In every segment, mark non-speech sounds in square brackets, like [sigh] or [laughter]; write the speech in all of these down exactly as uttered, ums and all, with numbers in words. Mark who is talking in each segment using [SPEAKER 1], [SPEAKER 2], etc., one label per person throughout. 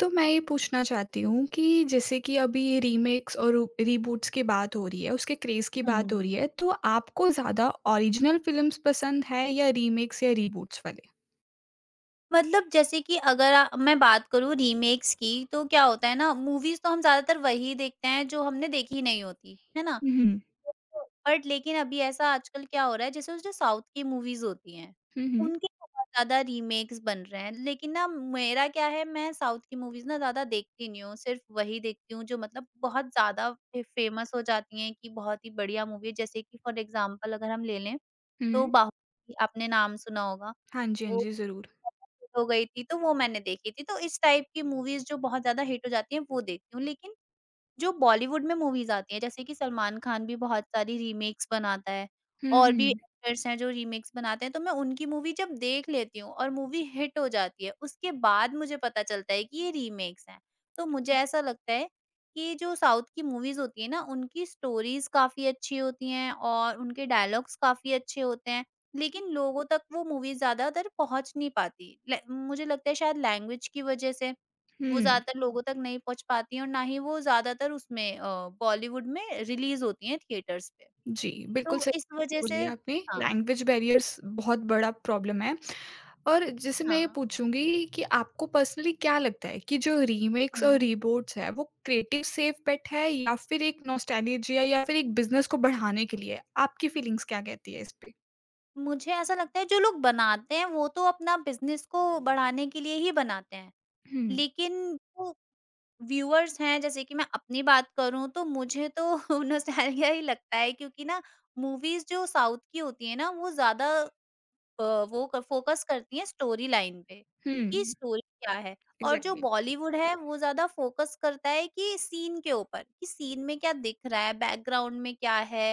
[SPEAKER 1] तो मैं ये पूछना चाहती हूँ कि जैसे कि अभी ये रीमेक्स और रू- रीबूट्स की बात हो रही है उसके क्रेज की बात हो
[SPEAKER 2] हुँ।
[SPEAKER 1] रही है तो आपको ज्यादा ओरिजिनल फिल्म्स पसंद है या रीमेक्स या रीबूट्स वाले।
[SPEAKER 2] मतलब जैसे कि अगर अ, मैं बात करूँ रीमेक्स की, तो क्या होता है ना, मूवीज़ तो हम ज़्यादातर वही देखते हैं जो हमने देखी नहीं होती, है ना?
[SPEAKER 1] हम्म
[SPEAKER 2] बट लेकिन अभी ऐसा आजकल क्या हो रहा है, जैसे जो साउथ की मूवीज़ होती हैं,
[SPEAKER 1] हम्म
[SPEAKER 2] उनके बहुत ज़्यादा रीमेक्स बन रहे हैं। लेकिन ना, मेरा क्या है, मैं साउथ की मूवीज़ ना ज़्यादा देखती नहीं हूँ, सिर्फ़ वही देखती हूँ जो मतलब बहुत ज़्यादा फे फेमस हो जाती हैं कि बहुत ही बढ़िया मूवी है। जैसे कि फॉर एग्ज़ाम्पल अगर हम ले लें, तो
[SPEAKER 1] हम्म।
[SPEAKER 2] बाहुबली, आपने नाम सुना होगा।
[SPEAKER 1] हाँ जी हाँ
[SPEAKER 2] वो
[SPEAKER 1] जी जरूर।
[SPEAKER 2] हो गई थी, तो वो मैंने देखी थी। तो इस टाइप की मूवीज़ जो बहुत ज़्यादा हिट हो जाती हैं, वो देखती हूँ। लेकिन जो बॉलीवुड में मूवीज़ आती हैं, जैसे कि सलमान खान भी बहुत सारी रीमेक्स बनाता है,
[SPEAKER 1] हम्म
[SPEAKER 2] और भी
[SPEAKER 1] हम्म
[SPEAKER 2] एक्टर्स हैं जो रीमेक्स बनाते हैं, तो मैं उनकी मूवी जब देख लेती हूँ और मूवी हिट हो जाती है, उसके बाद मुझे पता चलता है कि ये रीमेक्स हैं। तो मुझे ऐसा लगता है कि जो साउथ की मूवीज़ होती हैं ना, उनकी स्टोरीज़ काफ़ी अच्छी होती हैं और उनके डायलॉग्स काफ़ी अच्छे होते हैं, लेकिन लोगों तक वो मूवीज़ ज़्यादातर पहुँच नहीं पाती। ल मुझे लगता है शायद लैंग्वेज की वजह से। वो
[SPEAKER 1] हम्म।
[SPEAKER 2] ज़्यादातर लोगों तक नहीं पहुँच पाती हैं, और ना ही वो ज़्यादातर उसमें अ, बॉलीवुड में रिलीज़ होती हैं थिएटर्स पे।
[SPEAKER 1] जी बिल्कुल
[SPEAKER 2] तो
[SPEAKER 1] सही।
[SPEAKER 2] इस वज़ह से,
[SPEAKER 1] बोलिए आपने
[SPEAKER 2] हाँ,
[SPEAKER 1] लैंग्वेज बैरियर्स बहुत बड़ा प्रॉब्लम है और जैसे मैं ये
[SPEAKER 2] हाँ।
[SPEAKER 1] पूछूँगी कि आपको पर्सनली क्या लगता है कि जो रीमेक्स और
[SPEAKER 2] हुँ।
[SPEAKER 1] रीबूट्स है, वो क्रिएटिव सेफ बेट है या फिर एक नॉस्टैल्जिया या फिर एक बिज़नेस को बढ़ाने के लिए है? आपकी फीलिंग्स क्या कहती है इस पे?
[SPEAKER 2] मुझे ऐसा लगता है जो लोग बनाते हैं वो तो अपना बिज़नेस को बढ़ाने के लिए ही बनाते हैं।
[SPEAKER 1] हुँ,
[SPEAKER 2] लेकिन जो व्यूअर्स हैं, जैसे कि मैं अपनी बात करूँ, तो मुझे तो [laughs] नॉस्टैल्जिया ही लगता है, क्योंकि ना, मूवीज़ जो साउथ की होती है ना, वो ज़्यादा अ, वो क फ़ोकस करती हैं स्टोरी लाइन पे,
[SPEAKER 1] हुँ,
[SPEAKER 2] कि स्टोरी क्या है? और जो हुँ।
[SPEAKER 1] एग्ज़ैक्टली,
[SPEAKER 2] बॉलीवुड है वो ज़्यादा फ़ोकस करता है कि सीन के ऊपर, कि सीन में क्या दिख रहा है, बैकग्राउंड में क्या है?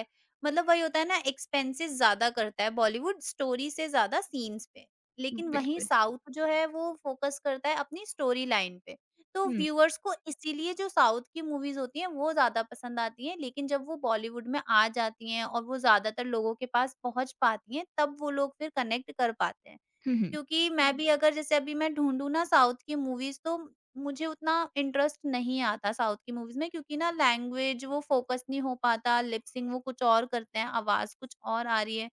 [SPEAKER 2] मतलब वही होता है ना, एक्सपेंसेस ज़्यादा करता है बॉलीवुड स्टोरी से ज़्यादा सीन्स पे। लेकिन वहीं
[SPEAKER 1] बिल्कुल।
[SPEAKER 2] साउथ जो है वो फ़ोकस करता है अपनी स्टोरी लाइन पे। तो
[SPEAKER 1] हुँ,
[SPEAKER 2] व्यूअर्स को इसीलिए जो साउथ की मूवीज़ होती हैं वो ज़्यादा पसंद आती हैं, लेकिन जब वो बॉलीवुड में आ जाती हैं और वो ज़्यादातर लोगों के पास पहुँच पाती हैं, तब वो लोग फिर कनेक्ट कर पाते हैं।
[SPEAKER 1] हुँ, हुँ,
[SPEAKER 2] क्योंकि मैं हुँ। भी अगर, जैसे अभी मैं ढूँढूँ ना साउथ की मूवीज़, तो मुझे उतना इंटरेस्ट नहीं आता साउथ की मूवीज़ में, क्योंकि ना, लैंग्वेज वो फ़ोकस नहीं हो पाता, लिप सिंक वो कुछ और करते हैं, आवाज़ कुछ और आ रही है।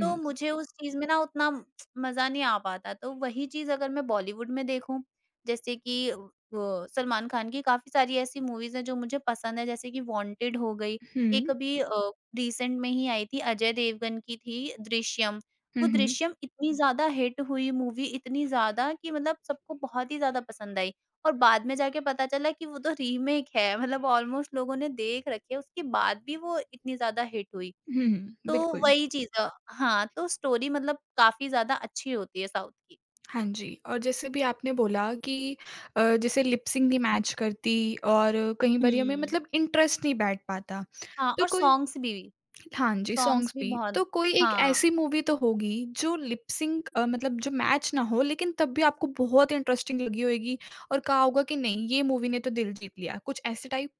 [SPEAKER 2] तो मुझे उस चीज़ में ना उतना मज़ा नहीं आ पाता। तो वही चीज़ अगर मैं बॉलीवुड में देखूँ, जैसे कि अ, वो सलमान खान की काफ़ी सारी ऐसी मूवीज़ हैं जो मुझे पसंद है, जैसे कि वांटेड हो गई, एक
[SPEAKER 1] हुँ,
[SPEAKER 2] अभी अ, रिसेंट में ही आई थी अजय देवगन की, थी दृश्यम।
[SPEAKER 1] हुँ,
[SPEAKER 2] वो
[SPEAKER 1] हुँ,
[SPEAKER 2] दृश्यम इतनी ज़्यादा हिट हुई मूवी, इतनी ज़्यादा कि मतलब सबको बहुत ही ज़्यादा पसंद आई, और बाद में जाके पता चला कि वो तो रीमेक है, मतलब ऑलमोस्ट लोगों ने देख रखी है, उसके बाद भी वो इतनी ज़्यादा हिट हुई।
[SPEAKER 1] हुँ,
[SPEAKER 2] तो
[SPEAKER 1] बिल्कुल।
[SPEAKER 2] वही चीज़, अ, हाँ, तो स्टोरी मतलब काफ़ी ज़्यादा अच्छी होती है साउथ की।
[SPEAKER 1] हाँ जी, और जैसे भी आपने बोला कि अ, जैसे लिप सिंक नहीं मैच करती और कहीं बारी हमें
[SPEAKER 2] हुँ।
[SPEAKER 1] मतलब इंटरेस्ट नहीं बैठ पाता।
[SPEAKER 2] हाँ,
[SPEAKER 1] तो
[SPEAKER 2] और
[SPEAKER 1] कोई
[SPEAKER 2] सॉन्ग्स भी,
[SPEAKER 1] हाँ जी,
[SPEAKER 2] सॉन्ग्स
[SPEAKER 1] सॉन्ग्स
[SPEAKER 2] भी
[SPEAKER 1] भी। तो
[SPEAKER 2] बहुत।
[SPEAKER 1] कोई एक
[SPEAKER 2] हाँ।
[SPEAKER 1] ऐसी मूवी तो होगी जो लिप सिंक अ, मतलब जो मैच ना हो लेकिन तब भी आपको बहुत इंटरेस्टिंग लगी होएगी और कहा होगा कि नहीं ये मूवी ने तो दिल जीत लिया, कुछ ऐसे टाइप?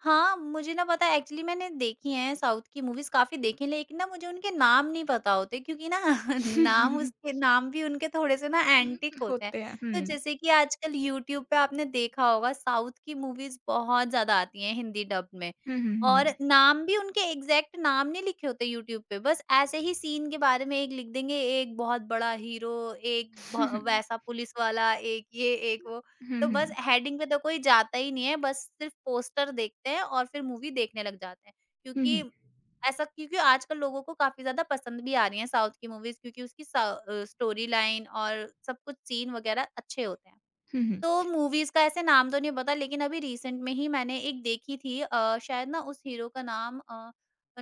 [SPEAKER 2] हाँ, मुझे ना पता है, एक्चुअली मैंने देखी हैं, साउथ की मूवीज़ काफ़ी देखी हैं, लेकिन ना, मुझे उनके नाम नहीं पता होते, क्योंकि ना [laughs] नाम
[SPEAKER 1] [laughs]
[SPEAKER 2] उसके नाम भी उनके थोड़े-से ना
[SPEAKER 1] उम,
[SPEAKER 2] एंटिक होते हैं।
[SPEAKER 1] होते हैं।
[SPEAKER 2] तो
[SPEAKER 1] हुँ।
[SPEAKER 2] जैसे कि आजकल यूट्यूब पे आपने देखा होगा, साउथ की मूवीज़ बहुत ज़्यादा आती हैं हिंदी डब में,
[SPEAKER 1] हुँ, हुँ,
[SPEAKER 2] और
[SPEAKER 1] हुँ।
[SPEAKER 2] नाम भी उनके एग्ज़ैक्ट नाम नहीं लिखे होते यूट्यूब पे, बस ऐसे ही सीन के बारे में एक लिख देंगे, एक बहुत बड़ा हीरो, एक भ वैसा पुलिस वाला, एक ये, एक वो।
[SPEAKER 1] हुँ,
[SPEAKER 2] तो बस
[SPEAKER 1] हुँ।
[SPEAKER 2] हेडिंग पे तो कोई जाता ही नहीं है, बस सिर्फ पोस्टर देखते हैं और फिर मूवी देखने लग जाते हैं।
[SPEAKER 1] हुँ,
[SPEAKER 2] क्योंकि
[SPEAKER 1] हुँ।
[SPEAKER 2] ऐसा क्योंकि आजकल लोगों को काफ़ी ज़्यादा पसंद भी आ रही हैं साउथ की मूवीज़, क्योंकि उसकी सा अ, स्टोरी लाइन और सब कुछ, सीन वगैरह अच्छे होते हैं।
[SPEAKER 1] हुँ, हुँ।
[SPEAKER 2] तो मूवीज़ का ऐसे नाम तो नहीं पता, लेकिन अभी रिसेंट में ही मैंने एक देखी थी, अ, शायद ना उस हीरो का नाम अ,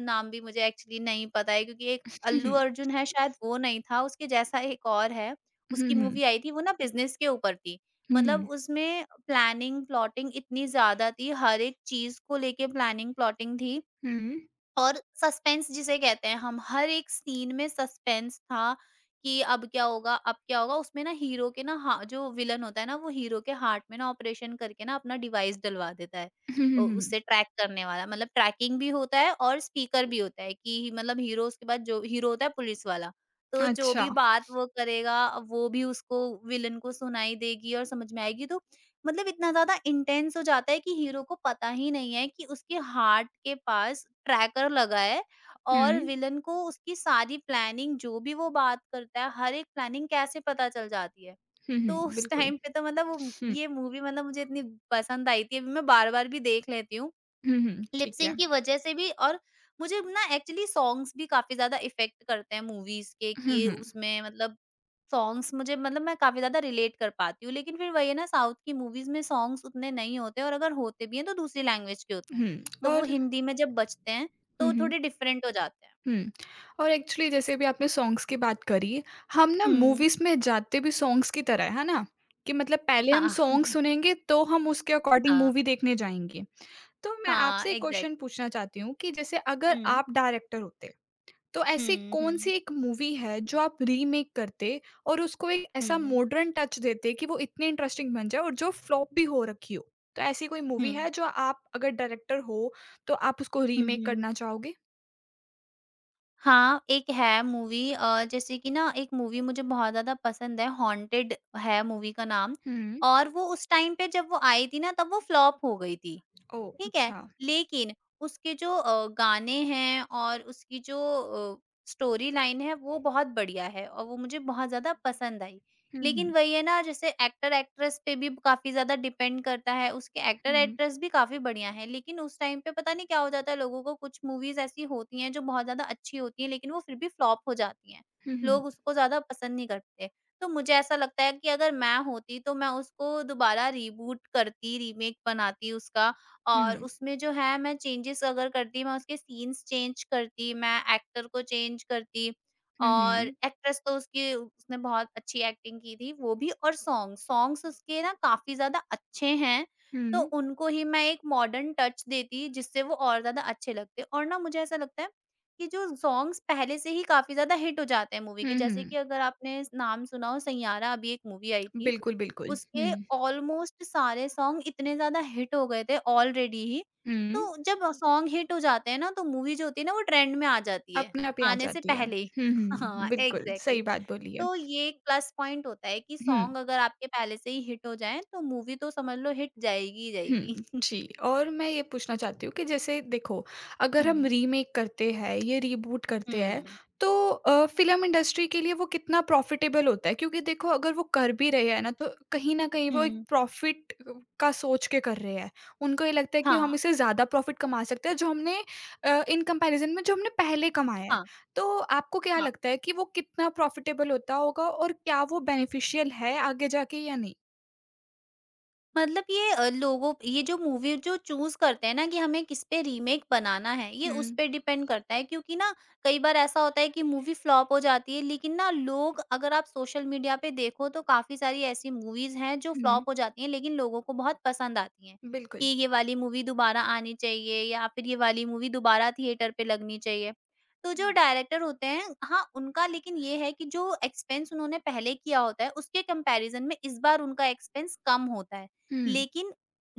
[SPEAKER 2] नाम भी मुझे एक्चुअली नहीं पता है, क्योंकि एक
[SPEAKER 1] हुँ,
[SPEAKER 2] अल्लू
[SPEAKER 1] हुँ।
[SPEAKER 2] अर्जुन है, शायद वो नहीं था, उसके जैसा एक और है।
[SPEAKER 1] हुँ,
[SPEAKER 2] उसकी
[SPEAKER 1] हुँ।
[SPEAKER 2] मूवी आई थी, वो ना बिज़नेस के ऊपर थी।
[SPEAKER 1] हुँ, हुँ। हुँ,
[SPEAKER 2] मतलब
[SPEAKER 1] हुँ।
[SPEAKER 2] उसमें प्लानिंग, प्लॉटिंग इतनी ज़्यादा थी, हर एक चीज़ को लेके प्लानिंग, प्लॉटिंग थी।
[SPEAKER 1] हुँ।
[SPEAKER 2] और सस्पेंस, जिसे कहते हैं हम, हर एक सीन में सस्पेंस था कि अब क्या होगा, अब क्या होगा। उसमें ना हीरो के ना हा जो विलन होता है ना, वो हीरो के हार्ट में ना ऑपरेशन करके ना अपना डिवाइस डलवा देता है।
[SPEAKER 1] हुँ, हुँ,
[SPEAKER 2] अ,
[SPEAKER 1] हुँ।
[SPEAKER 2] उससे ट्रैक करने वाला, मतलब ट्रैकिंग भी होता है और स्पीकर भी होता है, कि मतलब हीरो, उसके बाद जो हीरो होता है पुलिस वाला, तो जो
[SPEAKER 1] अच्छा।
[SPEAKER 2] भी बात वो करेगा वो भी उसको, विलन को, सुनाई देगी और समझ में आएगी। तो मतलब इतना ज़्यादा इंटेंस हो जाता है कि हीरो को पता ही नहीं है कि उसके हार्ट के पास ट्रैकर लगा है, और
[SPEAKER 1] हुँ।
[SPEAKER 2] विलन को उसकी सारी प्लानिंग, जो भी वो बात करता है, हर एक प्लानिंग कैसे पता चल जाती है।
[SPEAKER 1] हुँ, हुँ।
[SPEAKER 2] तो उस
[SPEAKER 1] बिल्कुल।
[SPEAKER 2] टाइम पे तो मतलब वो,
[SPEAKER 1] हुँ।
[SPEAKER 2] ये मूवी मतलब मुझे इतनी पसंद आई थी, अभी मैं बार-बार भी देख लेती हूँ।
[SPEAKER 1] हुँ, हुँ।
[SPEAKER 2] लिप
[SPEAKER 1] ठीक है।
[SPEAKER 2] सिंक की वजह से भी, और मुझे ना एक्चुअली सॉन्ग्स भी काफ़ी ज़्यादा इफ़ेक्ट करते हैं मूवीज़ के, कि
[SPEAKER 1] हुँ,
[SPEAKER 2] ये
[SPEAKER 1] हुँ।
[SPEAKER 2] उसमें मतलब सॉन्ग्स मुझे मतलब, मैं काफ़ी ज़्यादा रिलेट कर पाती हूँ। लेकिन फिर वही है ना, साउथ की मूवीज़ में सॉन्ग्स उतने नहीं होते, और अगर होते भी हैं तो दूसरी लैंग्वेज के होते हैं।
[SPEAKER 1] हुँ
[SPEAKER 2] तो वो
[SPEAKER 1] और
[SPEAKER 2] हिंदी में जब बजते हैं
[SPEAKER 1] हुँ,
[SPEAKER 2] तो
[SPEAKER 1] हुँ।
[SPEAKER 2] थोड़े डिफरेंट हो जाते हैं।
[SPEAKER 1] हुँ। और एक्चुअली जैसे अभी आपने सॉन्ग्स की बात करी, हम ना
[SPEAKER 2] हुँ।
[SPEAKER 1] मूवीज़ में जाते भी सॉन्ग्स की तरह है ना? कि मतलब पहले हम
[SPEAKER 2] हाँ।
[SPEAKER 1] सॉन्ग
[SPEAKER 2] [laughs]
[SPEAKER 1] सुनेंगे तो हम उसके अकॉर्डिंग
[SPEAKER 2] हाँ।
[SPEAKER 1] मूवी देखने जाएँगे। तो मैं
[SPEAKER 2] हाँ,
[SPEAKER 1] आपसे एक क्वेश्चन
[SPEAKER 2] एग्ज़ैक्टली।
[SPEAKER 1] पूछना चाहती हूँ कि जैसे अगर
[SPEAKER 2] हुँ।
[SPEAKER 1] आप डायरेक्टर होते, तो ऐसी
[SPEAKER 2] हुँ,
[SPEAKER 1] कौन-सी
[SPEAKER 2] हुँ।
[SPEAKER 1] एक मूवी है जो आप रीमेक करते और उसको एक ऐसा
[SPEAKER 2] हुँ।
[SPEAKER 1] मॉडर्न टच देते कि वो इतनी इंटरेस्टिंग बन जाए और जो फ्लॉप भी हो रखी हो? तो ऐसी कोई
[SPEAKER 2] हुँ।
[SPEAKER 1] मूवी है जो आप अगर डायरेक्टर हो, तो आप उसको
[SPEAKER 2] हुँ,
[SPEAKER 1] रीमेक
[SPEAKER 2] हुँ।
[SPEAKER 1] करना चाहोगे?
[SPEAKER 2] हाँ, एक है मूवी, अ, जैसे कि ना, एक मूवी मुझे बहुत ज़्यादा पसंद है, हॉन्टेड है मूवी का नाम,
[SPEAKER 1] हुँ।
[SPEAKER 2] और वो उस टाइम पे जब वो आई थी ना, तब वो फ्लॉप हो गई थी।
[SPEAKER 1] ओह!
[SPEAKER 2] ठीक है?
[SPEAKER 1] अच्छा।
[SPEAKER 2] लेकिन उसके जो अ, गाने हैं और उसकी जो अ, स्टोरी लाइन है, वो बहुत बढ़िया है और वो मुझे बहुत ज़्यादा पसंद आई।
[SPEAKER 1] हुँ,
[SPEAKER 2] लेकिन
[SPEAKER 1] हुँ।
[SPEAKER 2] वही है ना, जैसे एक्टर एक्ट्रेस पे भी काफ़ी ज़्यादा डिपेंड करता है, उसके एक्टर
[SPEAKER 1] हुँ,
[SPEAKER 2] एक्ट्रेस भी काफ़ी बढ़िया हैं, लेकिन उस टाइम पे पता नहीं क्या हो जाता है लोगों को, कुछ मूवीज़ ऐसी होती हैं जो बहुत ज़्यादा अच्छी होती हैं लेकिन वो फिर भी फ्लॉप हो जाती हैं।
[SPEAKER 1] हुँ, हुँ,
[SPEAKER 2] लोग उसको ज़्यादा पसंद नहीं करते। तो मुझे ऐसा लगता है कि अगर मैं होती तो मैं उसको दोबारा रीबूट करती, रीमेक बनाती उसका, और
[SPEAKER 1] हुँ,
[SPEAKER 2] उसमें जो है, मैं चेंजेस अगर करती, मैं उसके सीन्स चेंज करती, मैं एक्टर को चेंज करती, और
[SPEAKER 1] हुँ,
[SPEAKER 2] एक्ट्रेस तो उसकी, उसने बहुत अच्छी एक्टिंग की थी, वो भी, और सॉन्ग, सॉन्ग्स उसके ना काफ़ी ज़्यादा अच्छे हैं, तो
[SPEAKER 1] हुँ,
[SPEAKER 2] उनको ही मैं एक मॉडर्न टच देती, जिससे वो और ज़्यादा अच्छे लगते, और ना मुझे ऐसा लगता है कि जो सॉन्ग्स पहले से ही काफ़ी ज़्यादा हिट हो जाते हैं मूवी के,
[SPEAKER 1] हुँ,
[SPEAKER 2] जैसे
[SPEAKER 1] हुँ।
[SPEAKER 2] कि अगर आपने नाम सुना हो, सैयारा अभी एक मूवी आई थी।
[SPEAKER 1] बिल्कुल, बिल्कुल। हुँ,
[SPEAKER 2] उसके ऑलमोस्ट सारे सॉन्ग इतने ज़्यादा हिट हो गए थे ऑलरेडी ही,
[SPEAKER 1] हुँ।
[SPEAKER 2] तो जब सॉन्ग हिट हो जाते हैं ना तो मूवी जो होती है ना, वो ट्रेंड में आ जाती है,
[SPEAKER 1] अपने आप ही आ
[SPEAKER 2] आने से
[SPEAKER 1] जाती है।
[SPEAKER 2] पहले ही।
[SPEAKER 1] हुँ,
[SPEAKER 2] [laughs]
[SPEAKER 1] हुँ,
[SPEAKER 2] हाँ,
[SPEAKER 1] बिल्कुल,
[SPEAKER 2] एग्ज़ैक्टली।
[SPEAKER 1] सही बात बोली है।
[SPEAKER 2] तो ये एक प्लस पॉइंट होता है कि
[SPEAKER 1] हुँ।
[SPEAKER 2] सॉन्ग अगर आपके पहले से ही हिट हो जाएँ, तो मूवी तो समझ लो हिट जाएगी ही
[SPEAKER 1] हुँ,
[SPEAKER 2] जाएगी। [laughs]
[SPEAKER 1] जी और मैं ये पूछना चाहती हूँ कि जैसे देखो, अगर हम
[SPEAKER 2] हुँ,
[SPEAKER 1] रीमेक करते हैं, ये रीबूट करते हैं,
[SPEAKER 2] हुँ,
[SPEAKER 1] तो अ, फ़िल्म इंडस्ट्री के लिए वो कितना प्रॉफ़िटेबल होता है? क्योंकि देखो अगर वो कर भी रहे हैं ना, तो कहीं न कहीं वो एक
[SPEAKER 2] हुँ।
[SPEAKER 1] प्रॉफ़िट अ, का सोच के कर रहे हैं। उनको ये लगता है कि
[SPEAKER 2] हाँ,
[SPEAKER 1] हम इससे ज़्यादा प्रॉफ़िट कमा सकते हैं, जो हमने अ, इन कंपैरिज़न में जो हमने पहले कमाया
[SPEAKER 2] हाँ,
[SPEAKER 1] है।
[SPEAKER 2] हाँ।
[SPEAKER 1] तो आपको क्या लगता है कि वो कितना प्रॉफ़िटेबल होता होगा और क्या वो बेनिफिशियल है आगे जाके या नहीं?
[SPEAKER 2] मतलब ये, अ, लोगों ये जो मूवी जो चूज़ करते हैं ना, कि हमें किस पे रीमेक बनाना है, ये उस
[SPEAKER 1] हुँ,
[SPEAKER 2] पे डिपेंड करता है, क्योंकि ना, कई बार ऐसा होता है कि मूवी फ्लॉप हो जाती है लेकिन ना, लोग, अगर आप सोशल मीडिया पे देखो, तो काफ़ी सारी ऐसी मूवीज़ हैं जो
[SPEAKER 1] हुँ।
[SPEAKER 2] फ्लॉप हो जाती हैं लेकिन लोगों को बहुत पसंद आती हैं, कि
[SPEAKER 1] बिल्कुल।
[SPEAKER 2] ये वाली मूवी दोबारा आनी चाहिए, या फिर ये वाली मूवी दोबारा थिएटर पे लगनी चाहिए। तो जो डायरेक्टर होते हैं, हाँ, उनका, लेकिन ये है कि जो एक्सपेंस उन्होंने पहले किया होता है, उसके कंपैरिज़न में इस बार उनका एक्सपेंस कम होता है।
[SPEAKER 1] हुँ,
[SPEAKER 2] लेकिन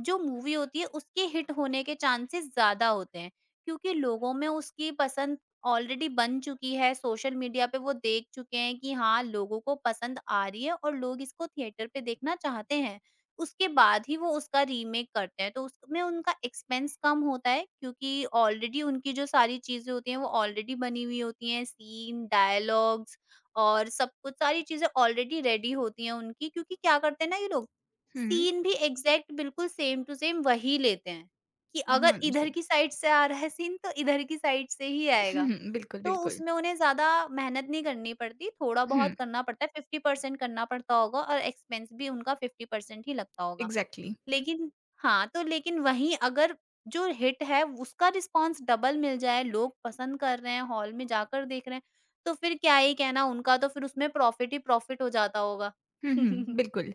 [SPEAKER 2] जो मूवी होती है उसके हिट होने के चांसेस ज़्यादा होते हैं, क्योंकि लोगों में उसकी पसंद ऑलरेडी बन चुकी है, सोशल मीडिया पे वो देख चुके हैं कि हाँ, लोगों को पसंद आ रही है और लोग इसको थिएटर पे देखना चाहते हैं। उसके बाद ही वो उसका रीमेक करते हैं, तो उसमें उनका एक्सपेंस कम होता है, क्योंकि ऑलरेडी उनकी जो सारी चीज़ें होती हैं, वो ऑलरेडी बनी हुई होती हैं, सीन, डायलॉग्स और सब कुछ, सारी चीज़ें ऑलरेडी रेडी होती हैं उनकी क्योंकि क्या करते हैं ना ये लोग
[SPEAKER 1] हुँ।
[SPEAKER 2] सीन भी एग्ज़ैक्ट बिल्कुल सेम टू सेम वही लेते हैं, कि
[SPEAKER 1] हाँ
[SPEAKER 2] अगर इधर
[SPEAKER 1] जी।
[SPEAKER 2] की साइड से आ रहा है सीन तो इधर की साइड से ही आएगा।
[SPEAKER 1] हुँ, बिल्कुल,
[SPEAKER 2] तो
[SPEAKER 1] बिल्कुल।
[SPEAKER 2] उसमें उन्हें ज़्यादा मेहनत नहीं करनी पड़ती, थोड़ा
[SPEAKER 1] हुँ,
[SPEAKER 2] बहुत करना पड़ता है। फ़िफ़्टी परसेंट करना पड़ता होगा और एक्सपेंस भी उनका फ़िफ़्टी परसेंट ही लगता होगा।
[SPEAKER 1] एग्ज़ैक्टली।
[SPEAKER 2] लेकिन हाँ, तो लेकिन वहीं अगर जो हिट है उसका रिस्पॉन्स डबल मिल जाए, लोग पसंद कर रहे हैं, हॉल में जाकर देख रहे हैं, तो फिर क्या ही कहना उनका, तो फिर उसमें प्रॉफ़िट ही प्रॉफ़िट हो जाता होगा।
[SPEAKER 1] हुँ, हुँ,
[SPEAKER 2] [laughs]
[SPEAKER 1] बिल्कुल।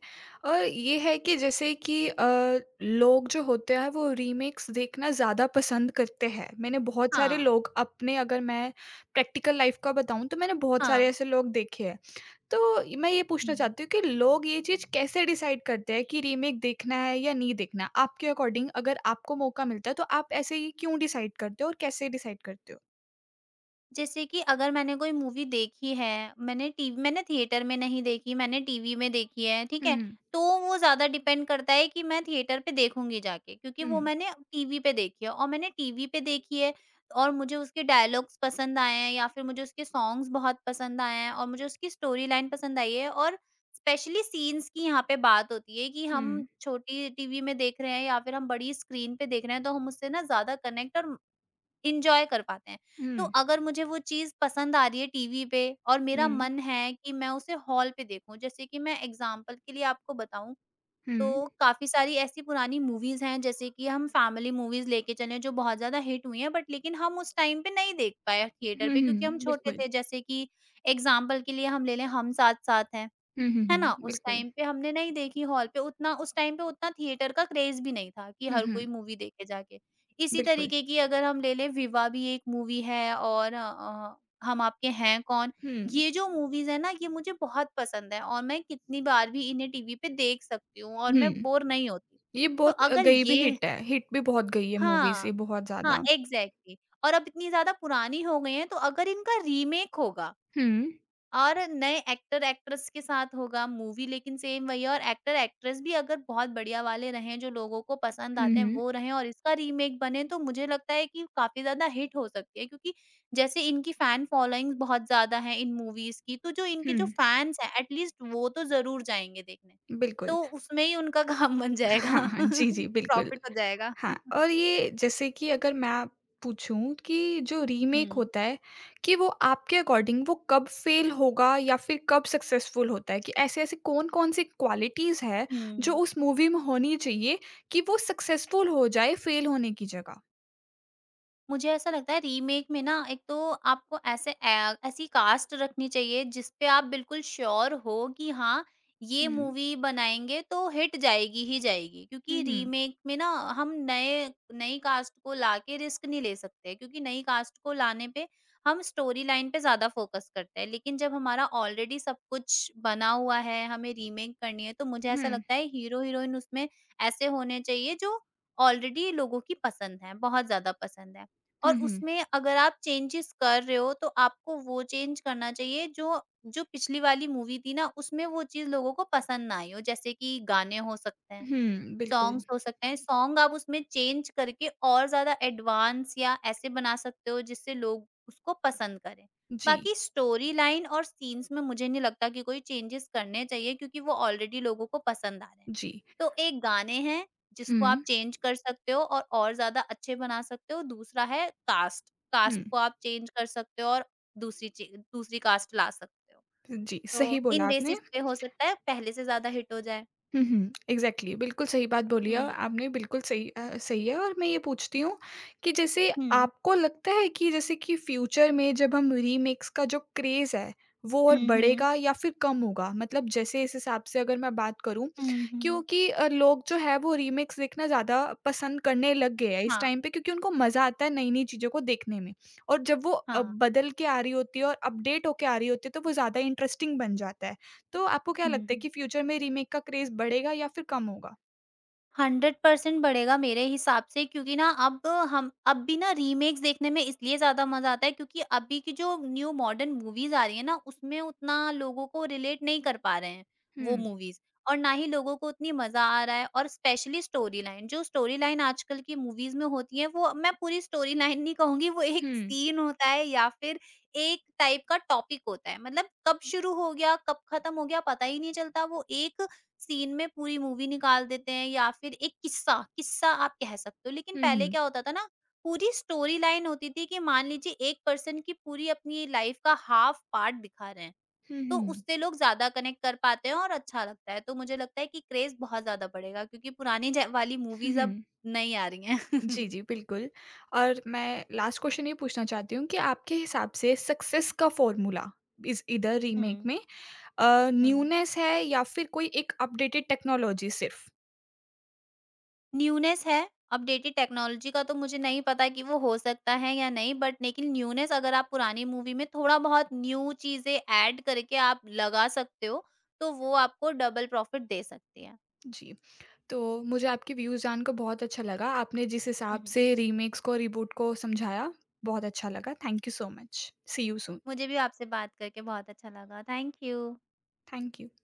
[SPEAKER 1] और ये है कि जैसे कि अ, लोग जो होते हैं वो रीमेक्स देखना ज़्यादा पसंद करते हैं। मैंने बहुत सारे
[SPEAKER 2] हाँ,
[SPEAKER 1] लोग अपने अगर मैं प्रैक्टिकल लाइफ़ का बताऊँ तो मैंने बहुत सारे
[SPEAKER 2] हाँ।
[SPEAKER 1] ऐसे लोग देखे हैं। तो ये- मैं ये पूछना चाहती हूँ कि लोग ये चीज़ कैसे डिसाइड करते हैं कि रीमेक देखना है या नहीं देखना? आपके अकॉर्डिंग अगर आपको मौका मिलता है तो आप ऐसे ही क्यों डिसाइड करते हो और कैसे डिसाइड करते हो?
[SPEAKER 2] जैसे कि अगर मैंने कोई मूवी देखी है, मैंने टीवी, मैंने थिएटर में नहीं देखी, मैंने टीवी में देखी है, ठीक है?
[SPEAKER 1] हुँ,
[SPEAKER 2] तो वो ज़्यादा डिपेंड करता है कि मैं थिएटर पे देखूँगी जाके क्योंकि वो
[SPEAKER 1] हुँ,
[SPEAKER 2] मैंने टीवी पे देखी है। और मैंने टीवी पे देखी है और मुझे उसके डायलॉग्स पसंद आए हैं या फिर मुझे उसके सॉन्ग्स बहुत पसंद आए हैं और मुझे उसकी स्टोरी लाइन पसंद आई है। और स्पेशली सीन्स की यहाँ पे बात होती है कि
[SPEAKER 1] हुँ।
[SPEAKER 2] हम छोटी टीवी में देख रहे हैं या फिर हम बड़ी स्क्रीन पे देख रहे हैं, तो हम उससे ना ज़्यादा कनेक्ट और एन्जॉय कर पाते हैं। तो
[SPEAKER 1] हुँ,
[SPEAKER 2] अगर मुझे वो चीज़ पसंद आ रही है टीवी पे और मेरा
[SPEAKER 1] हुँ,
[SPEAKER 2] मन है कि मैं उसे हॉल पे देखूँ, जैसे कि मैं एग्ज़ाम्पल के लिए आपको बताऊँ,
[SPEAKER 1] हुँ,
[SPEAKER 2] तो काफ़ी सारी ऐसी पुरानी मूवीज़ हैं, जैसे कि हम फैमिली मूवीज़ लेके चलें जो बहुत ज़्यादा हिट हुई हैं बट लेकिन हम उस टाइम पे नहीं देख पाए थिएटर
[SPEAKER 1] हुँ,
[SPEAKER 2] पे क्योंकि हम
[SPEAKER 1] हुँ,
[SPEAKER 2] छोटे
[SPEAKER 1] बिल्कुल।
[SPEAKER 2] थे। जैसे कि एग्ज़ाम्पल के लिए हम ले लें, हम साथ साथ हैं।
[SPEAKER 1] हुँ, हुँ,
[SPEAKER 2] है ना?
[SPEAKER 1] हुँ,
[SPEAKER 2] उस
[SPEAKER 1] बिल्कुल।
[SPEAKER 2] टाइम पे हमने नहीं देखी हॉल पे, उतना उस टाइम पे उतना थिएटर का क्रेज़ भी नहीं था कि
[SPEAKER 1] हुँ,
[SPEAKER 2] हर
[SPEAKER 1] हुँ,
[SPEAKER 2] कोई मूवी देखे जाके। इसी
[SPEAKER 1] बिल्कुल।
[SPEAKER 2] तरीके की अगर हम ले लें विवा भी एक मूवी है और अ, हम आपके हैं कौन?
[SPEAKER 1] हुँ,
[SPEAKER 2] ये जो मूवीज़ है ना ये मुझे बहुत पसंद है और मैं कितनी बार भी इन्हें टीवी पे देख सकती हूँ और मैं
[SPEAKER 1] हुँ,
[SPEAKER 2] बोर नहीं होती।
[SPEAKER 1] ये
[SPEAKER 2] तो
[SPEAKER 1] बहुत अ,
[SPEAKER 2] अगर
[SPEAKER 1] गई भी
[SPEAKER 2] ये
[SPEAKER 1] हिट है, हिट भी बहुत गई है मूवी से
[SPEAKER 2] हाँ,
[SPEAKER 1] बहुत
[SPEAKER 2] हाँ
[SPEAKER 1] ज़्यादा।
[SPEAKER 2] एग्ज़ैक्टली और अब इतनी ज़्यादा पुरानी हो गई हैं, तो अगर इनका रीमेक होगा
[SPEAKER 1] हुँ,
[SPEAKER 2] और नए एक्टर एक्ट्रेस के साथ होगा मूवी लेकिन सेम वही है, और एक्टर एक्ट्रेस भी अगर बहुत बढ़िया वाले रहें, जो लोगों को पसंद
[SPEAKER 1] हुँ,
[SPEAKER 2] आते हैं
[SPEAKER 1] हुँ,
[SPEAKER 2] वो रहें और इसका रीमेक बने, तो मुझे लगता है कि काफ़ी ज़्यादा हिट हो सकती है। क्योंकि जैसे इनकी फैन फॉलोइंग्स बहुत ज़्यादा है इन मूवीज़ की, तो जो इनके जो
[SPEAKER 1] हुँ,
[SPEAKER 2] फैन्स हैं एटलीस्ट वो तो ज़रूर जाएँगे देखने।
[SPEAKER 1] बिल्कुल।
[SPEAKER 2] तो उसमें ही उनका [laughs] काम बन
[SPEAKER 1] [laughs] हाँ,
[SPEAKER 2] जाएगा, [laughs]
[SPEAKER 1] हाँ, जी, जी, बिल्कुल।
[SPEAKER 2] प्रॉफ़िट हो जाएगा।
[SPEAKER 1] हाँ, और ये जैसे कि अगर मैं आप पूछूँ कि जो रीमेक
[SPEAKER 2] हुँ।
[SPEAKER 1] होता है, कि वो आपके अकॉर्डिंग वो कब फ़ेल होगा या फिर कब सक्सेसफुल होता है? कि ऐसे-ऐसे कौन-कौन सी क्वालिटीज़ हैं, जो
[SPEAKER 2] हुँ।
[SPEAKER 1] उस मूवी में होनी चाहिए कि वो सक्सेसफुल हो जाए फ़ेल होने की जगह?
[SPEAKER 2] मुझे ऐसा लगता है रीमेक में ना, एक तो आपको ऐसे ऐ ऐसी कास्ट रखनी चाहिए जिस पे आप बिल्कुल श्योर हो कि हाँ, ये
[SPEAKER 1] हुँ।
[SPEAKER 2] मूवी बनाएँगे तो हिट जाएगी ही जाएगी।
[SPEAKER 1] हुँ,
[SPEAKER 2] क्योंकि
[SPEAKER 1] हुँ।
[SPEAKER 2] रीमेक में ना हम नए नई कास्ट को लाके रिस्क नहीं ले सकते क्योंकि नई कास्ट को लाने पे हम स्टोरी लाइन पे ज़्यादा फ़ोकस करते हैं। लेकिन जब हमारा ऑलरेडी सब कुछ बना हुआ है, हमें रीमेक करनी है, तो मुझे ऐसा
[SPEAKER 1] हुँ,
[SPEAKER 2] लगता है हीरो-हीरोइन उसमें ऐसे होने चाहिए जो ऑलरेडी लोगों की पसंद हैं, बहुत ज़्यादा पसंद हैं।
[SPEAKER 1] हुँ,
[SPEAKER 2] और
[SPEAKER 1] हुँ।
[SPEAKER 2] उसमें अगर आप चेंजेस कर रहे हो तो आपको वो चेंज करना चाहिए जो जो पिछली वाली मूवी थी ना उसमें वो चीज़ लोगों को पसंद ना आई हो। जैसे कि गाने हो सकते हैं,
[SPEAKER 1] हुँ, बिल्कुल।
[SPEAKER 2] सॉन्ग्स हो सकते हैं, सॉन्ग आप उसमें चेंज करके और ज़्यादा एडवांस या ऐसे बना सकते हो जिससे लोग उसको पसंद करें।
[SPEAKER 1] जी,
[SPEAKER 2] बाकी स्टोरी लाइन और सीन्स में मुझे नहीं लगता कि कोई चेंजेज़ करने चाहिए क्योंकि वो ऑलरेडी लोगों को पसंद आ रहे हैं।
[SPEAKER 1] जी।
[SPEAKER 2] तो एक गाने हैं जिसको आप
[SPEAKER 1] हुँ,
[SPEAKER 2] चेंज कर सकते हो और और ज़्यादा अच्छे बना सकते हो, दूसरा है कास्ट,
[SPEAKER 1] हुँ।
[SPEAKER 2] कास्ट को आप चेंज कर सकते हो और दूसरी ची दूसरी कास्ट ला सकते हो।
[SPEAKER 1] जी,
[SPEAKER 2] तो
[SPEAKER 1] सही बोला
[SPEAKER 2] इन
[SPEAKER 1] आपने।
[SPEAKER 2] बेसिस पे हो सकता है पहले से ज़्यादा हिट हो जाए।
[SPEAKER 1] हुँ, हुँ। एग्ज़ैक्टली बिल्कुल सही बात बोली है
[SPEAKER 2] हुँ।
[SPEAKER 1] आपने बिल्कुल सही अ, सही है और मैं ये पूछती हूँ कि जैसे
[SPEAKER 2] हुँ।
[SPEAKER 1] आपको लगता है कि जैसे कि फ्यूचर में जब हम रीमेक्स का जो क्रेज़ है, वो और
[SPEAKER 2] हुँ, हुँ।
[SPEAKER 1] बढ़ेगा या फिर कम होगा? मतलब जैसे इस हिसाब से अगर मैं बात करूँ
[SPEAKER 2] हुँ, हुँ।
[SPEAKER 1] क्योंकि अ, लोग जो है वो रीमेक्स देखना ज़्यादा पसंद करने लग गए हैं इस
[SPEAKER 2] हाँ,
[SPEAKER 1] टाइम पे क्योंकि उनको मज़ा आता है नई-नई चीज़ों को देखने में। और जब वो अ,
[SPEAKER 2] हाँ।
[SPEAKER 1] बदल के आ रही होती है और अपडेट होके आ रही होती है तो वो ज़्यादा इंटरेस्टिंग बन जाता है। तो आपको क्या
[SPEAKER 2] हुँ,
[SPEAKER 1] लगता है
[SPEAKER 2] हुँ।
[SPEAKER 1] कि फ्यूचर में रीमेक का क्रेज़ बढ़ेगा या फिर कम होगा?
[SPEAKER 2] हंड्रेड परसेंट बढ़ेगा मेरे हिसाब से, क्योंकि ना अब हम अब भी ना रीमेक्स देखने में इसलिए ज़्यादा मज़ा आता है क्योंकि अभी की जो न्यू मॉडर्न मूवीज़ आ रही है ना उसमें उतना लोगों को रिलेट नहीं कर पा रहे हैं वो
[SPEAKER 1] हुँ,
[SPEAKER 2] मूवीज़, और ना ही लोगों को उतनी मज़ा आ रहा है। और स्पेशली स्टोरी लाइन, जो स्टोरी लाइन आजकल की मूवीज़ में होती है वो मैं पूरी स्टोरी लाइन नहीं कहूँगी, वो एक
[SPEAKER 1] हुँ,
[SPEAKER 2] सीन होता है या फिर एक टाइप का टॉपिक होता है, मतलब कब शुरू हो गया कब खत्म हो गया पता ही नहीं चलता, वो एक सीन में पूरी मूवी निकाल देते हैं या फिर एक किस्सा, किस्सा आप कह सकते हो। लेकिन
[SPEAKER 1] हुँ,
[SPEAKER 2] पहले
[SPEAKER 1] हुँ।
[SPEAKER 2] क्या होता था ना, पूरी स्टोरी लाइन होती थी कि मान लीजिए एक पर्सन की पूरी अपनी लाइफ का हाफ पार्ट दिखा रहे हैं,
[SPEAKER 1] हुँ,
[SPEAKER 2] तो
[SPEAKER 1] हुँ।
[SPEAKER 2] उससे लोग ज़्यादा कनेक्ट कर पाते हैं और अच्छा लगता है। तो मुझे लगता है कि क्रेज़ बहुत ज़्यादा बढ़ेगा क्योंकि पुरानी जै वाली
[SPEAKER 1] हुँ,
[SPEAKER 2] मूवीज़ अब
[SPEAKER 1] हुँ।
[SPEAKER 2] नहीं आ रही
[SPEAKER 1] जी,
[SPEAKER 2] हैं।
[SPEAKER 1] जी,
[SPEAKER 2] [laughs]
[SPEAKER 1] बिल्कुल। और मैं लास्ट क्वेश्चन ये पूछना चाहती हूँ कि आपके हिसाब से सक्सेस का फ़ॉर्मूला इज़ ईदर रीमेक
[SPEAKER 2] हुँ,
[SPEAKER 1] में अ,
[SPEAKER 2] हुँ।
[SPEAKER 1] न्यूनेस है या फिर कोई एक अपडेटेड टेक्नोलॉजी सिर्फ?
[SPEAKER 2] न्यूनेस है, अपडेटेड टेक्नोलॉजी का तो मुझे नहीं पता कि वो हो सकता है या नहीं बट लेकिन न्यूनेस अगर आप पुरानी मूवी में थोड़ा-बहुत न्यू चीज़ें ऐड करके आप लगा सकते हो, तो वो आपको डबल प्रॉफ़िट दे सकती है।
[SPEAKER 1] जी, तो मुझे आपके व्यूज़ जानकर बहुत अच्छा लगा। आपने जिस
[SPEAKER 2] हुँ,
[SPEAKER 1] हिसाब
[SPEAKER 2] हुँ।
[SPEAKER 1] से रीमेक्स को, रिबूट को समझाया, बहुत अच्छा लगा। Thank you so much. See you soon.
[SPEAKER 2] मुझे भी आपसे बात करके बहुत अच्छा लगा। Thank you.
[SPEAKER 1] Thank you.